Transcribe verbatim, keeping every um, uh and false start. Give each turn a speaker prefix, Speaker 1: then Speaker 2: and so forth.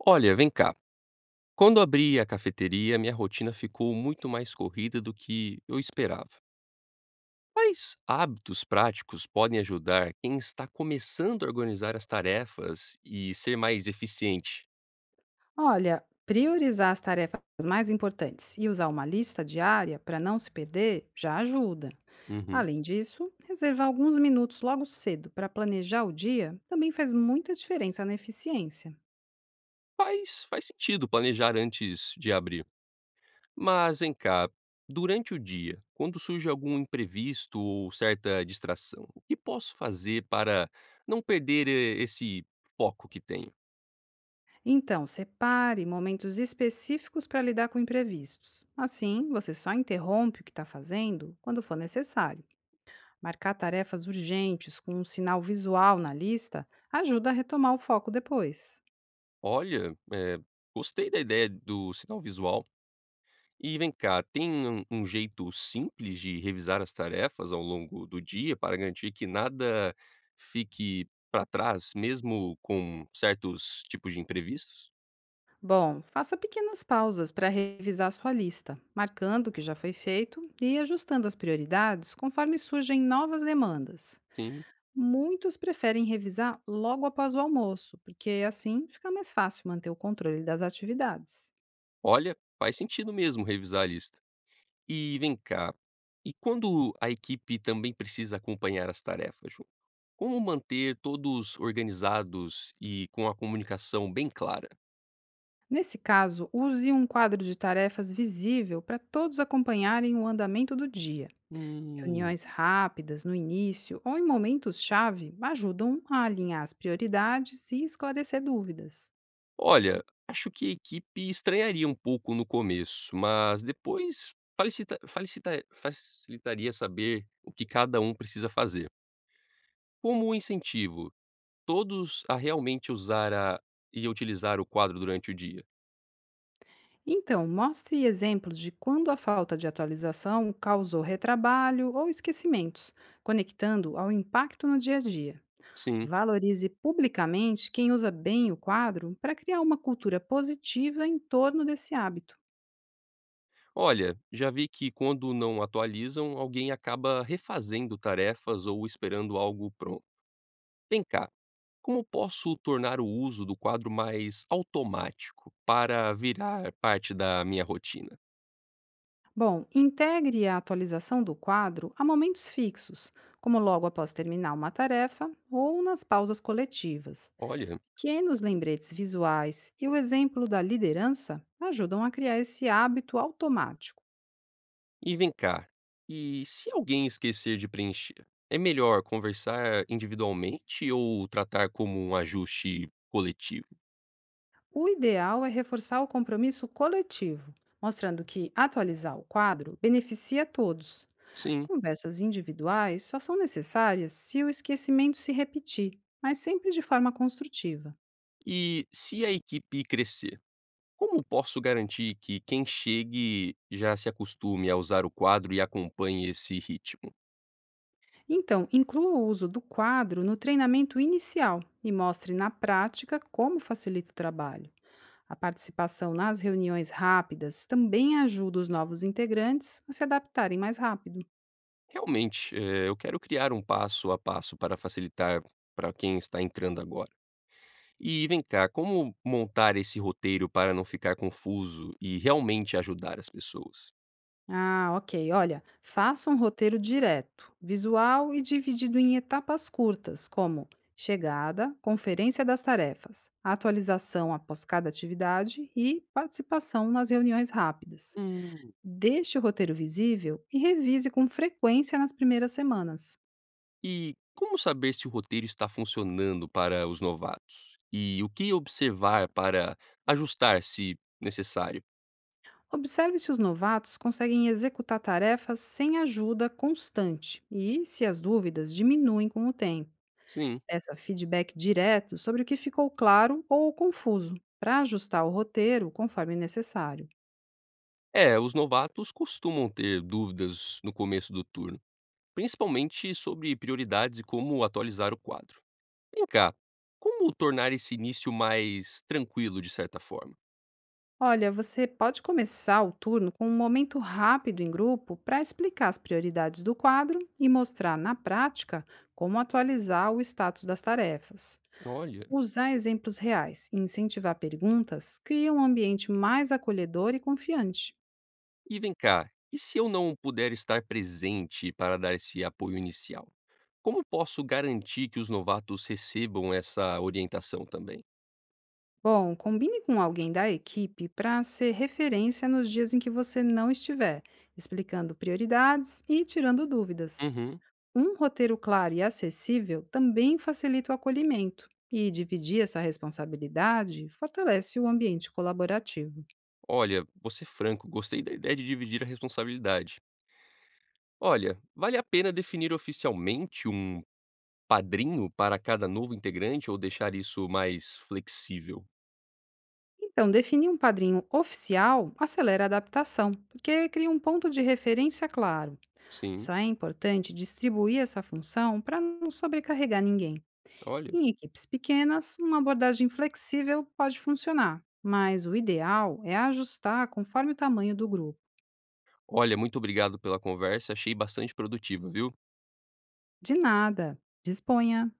Speaker 1: Olha, vem cá. Quando abri a cafeteria, minha rotina ficou muito mais corrida do que eu esperava. Quais hábitos práticos podem ajudar quem está começando a organizar as tarefas e ser mais eficiente?
Speaker 2: Olha, priorizar as tarefas mais importantes e usar uma lista diária para não se perder já ajuda.
Speaker 1: Uhum.
Speaker 2: Além disso, reservar alguns minutos logo cedo para planejar o dia também faz muita diferença na eficiência.
Speaker 1: Faz, faz sentido planejar antes de abrir. Mas vem cá, durante o dia, quando surge algum imprevisto ou certa distração, o que posso fazer para não perder eh, esse foco que tenho?
Speaker 2: Então, separe momentos específicos para lidar com imprevistos. Assim, você só interrompe o que está fazendo quando for necessário. Marcar tarefas urgentes com um sinal visual na lista ajuda a retomar o foco depois.
Speaker 1: Olha, eh, gostei da ideia do sinal visual. E vem cá, tem um um jeito simples de revisar as tarefas ao longo do dia para garantir que nada fique para trás, mesmo com certos tipos de imprevistos?
Speaker 2: Bom, faça pequenas pausas para revisar sua lista, marcando o que já foi feito e ajustando as prioridades conforme surgem novas demandas.
Speaker 1: Sim.
Speaker 2: Muitos preferem revisar logo após o almoço, porque assim fica mais fácil manter o controle das atividades.
Speaker 1: Olha, faz sentido mesmo revisar a lista. E vem cá, e quando a equipe também precisa acompanhar as tarefas, Ju? Como manter todos organizados e com a comunicação bem clara?
Speaker 2: Nesse caso, use um quadro de tarefas visível para todos acompanharem o andamento do dia.
Speaker 1: Hum.
Speaker 2: Reuniões rápidas no início ou em momentos-chave ajudam a alinhar as prioridades e esclarecer dúvidas.
Speaker 1: Olha, acho que a equipe estranharia um pouco no começo, mas depois falicita falicita facilitaria saber o que cada um precisa fazer. Como um incentivo, todos a realmente usar a e utilizar o quadro durante o dia.
Speaker 2: Então, mostre exemplos de quando a falta de atualização causou retrabalho ou esquecimentos, conectando ao impacto no dia a dia.
Speaker 1: Sim.
Speaker 2: Valorize publicamente quem usa bem o quadro para criar uma cultura positiva em torno desse hábito.
Speaker 1: Olha, já vi que quando não atualizam, alguém acaba refazendo tarefas ou esperando algo pronto. Vem cá, como posso tornar o uso do quadro mais automático para virar parte da minha rotina?
Speaker 2: Bom, integre a atualização do quadro a momentos fixos, como logo após terminar uma tarefa ou nas pausas coletivas.
Speaker 1: Olha,
Speaker 2: Que nos lembretes visuais e o exemplo da liderança ajudam a criar esse hábito automático.
Speaker 1: e vem cá. E se alguém esquecer de preencher, é melhor conversar individualmente ou tratar como um ajuste coletivo?
Speaker 2: O ideal é reforçar o compromisso coletivo, mostrando que atualizar o quadro beneficia todos.
Speaker 1: Sim.
Speaker 2: Conversas individuais só são necessárias se o esquecimento se repetir, mas sempre de forma construtiva.
Speaker 1: E se a equipe crescer, como posso garantir que quem chegue já se acostume a usar o quadro e acompanhe esse ritmo?
Speaker 2: Então, inclua o uso do quadro no treinamento inicial e mostre na prática como facilita o trabalho. A participação nas reuniões rápidas também ajuda os novos integrantes a se adaptarem mais rápido.
Speaker 1: Realmente, eh, eu quero criar um passo a passo para facilitar para quem está entrando agora. E vem cá, como montar esse roteiro para não ficar confuso e realmente ajudar as pessoas?
Speaker 2: Ah, ok. Olha, faça um roteiro direto, visual e dividido em etapas curtas, como chegada, conferência das tarefas, atualização após cada atividade e participação nas reuniões rápidas.
Speaker 1: Hum.
Speaker 2: Deixe o roteiro visível e revise com frequência nas primeiras semanas.
Speaker 1: E como saber se o roteiro está funcionando para os novatos? E o que observar para ajustar se necessário?
Speaker 2: Observe se os novatos conseguem executar tarefas sem ajuda constante e se as dúvidas diminuem com o tempo.
Speaker 1: Sim.
Speaker 2: Peça feedback direto sobre o que ficou claro ou confuso, para ajustar o roteiro conforme necessário.
Speaker 1: É, os novatos costumam ter dúvidas no começo do turno, principalmente sobre prioridades e como atualizar o quadro. Vem cá, como tornar esse início mais tranquilo de certa forma?
Speaker 2: Olha, você pode começar o turno com um momento rápido em grupo para explicar as prioridades do quadro e mostrar na prática como atualizar o status das tarefas.
Speaker 1: Olha.
Speaker 2: Usar exemplos reais e incentivar perguntas cria um ambiente mais acolhedor e confiante.
Speaker 1: E vem cá, e se eu não puder estar presente para dar esse apoio inicial? Como posso garantir que os novatos recebam essa orientação também?
Speaker 2: Bom, combine com alguém da equipe para ser referência nos dias em que você não estiver, explicando prioridades e tirando dúvidas.
Speaker 1: Uhum.
Speaker 2: Um roteiro claro e acessível também facilita o acolhimento, e dividir essa responsabilidade fortalece o ambiente colaborativo.
Speaker 1: Olha, vou ser franco, gostei da ideia de dividir a responsabilidade. Olha, vale a pena definir oficialmente um padrinho para cada novo integrante ou deixar isso mais flexível?
Speaker 2: Então, definir um padrinho oficial acelera a adaptação, porque cria um ponto de referência claro.
Speaker 1: Sim,
Speaker 2: Só é importante distribuir essa função para não sobrecarregar ninguém.
Speaker 1: olha.
Speaker 2: Em equipes pequenas, uma abordagem flexível pode funcionar, mas o ideal é ajustar conforme o tamanho do grupo.
Speaker 1: Olha, muito obrigado pela conversa, achei bastante produtiva, viu?
Speaker 2: De nada, disponha!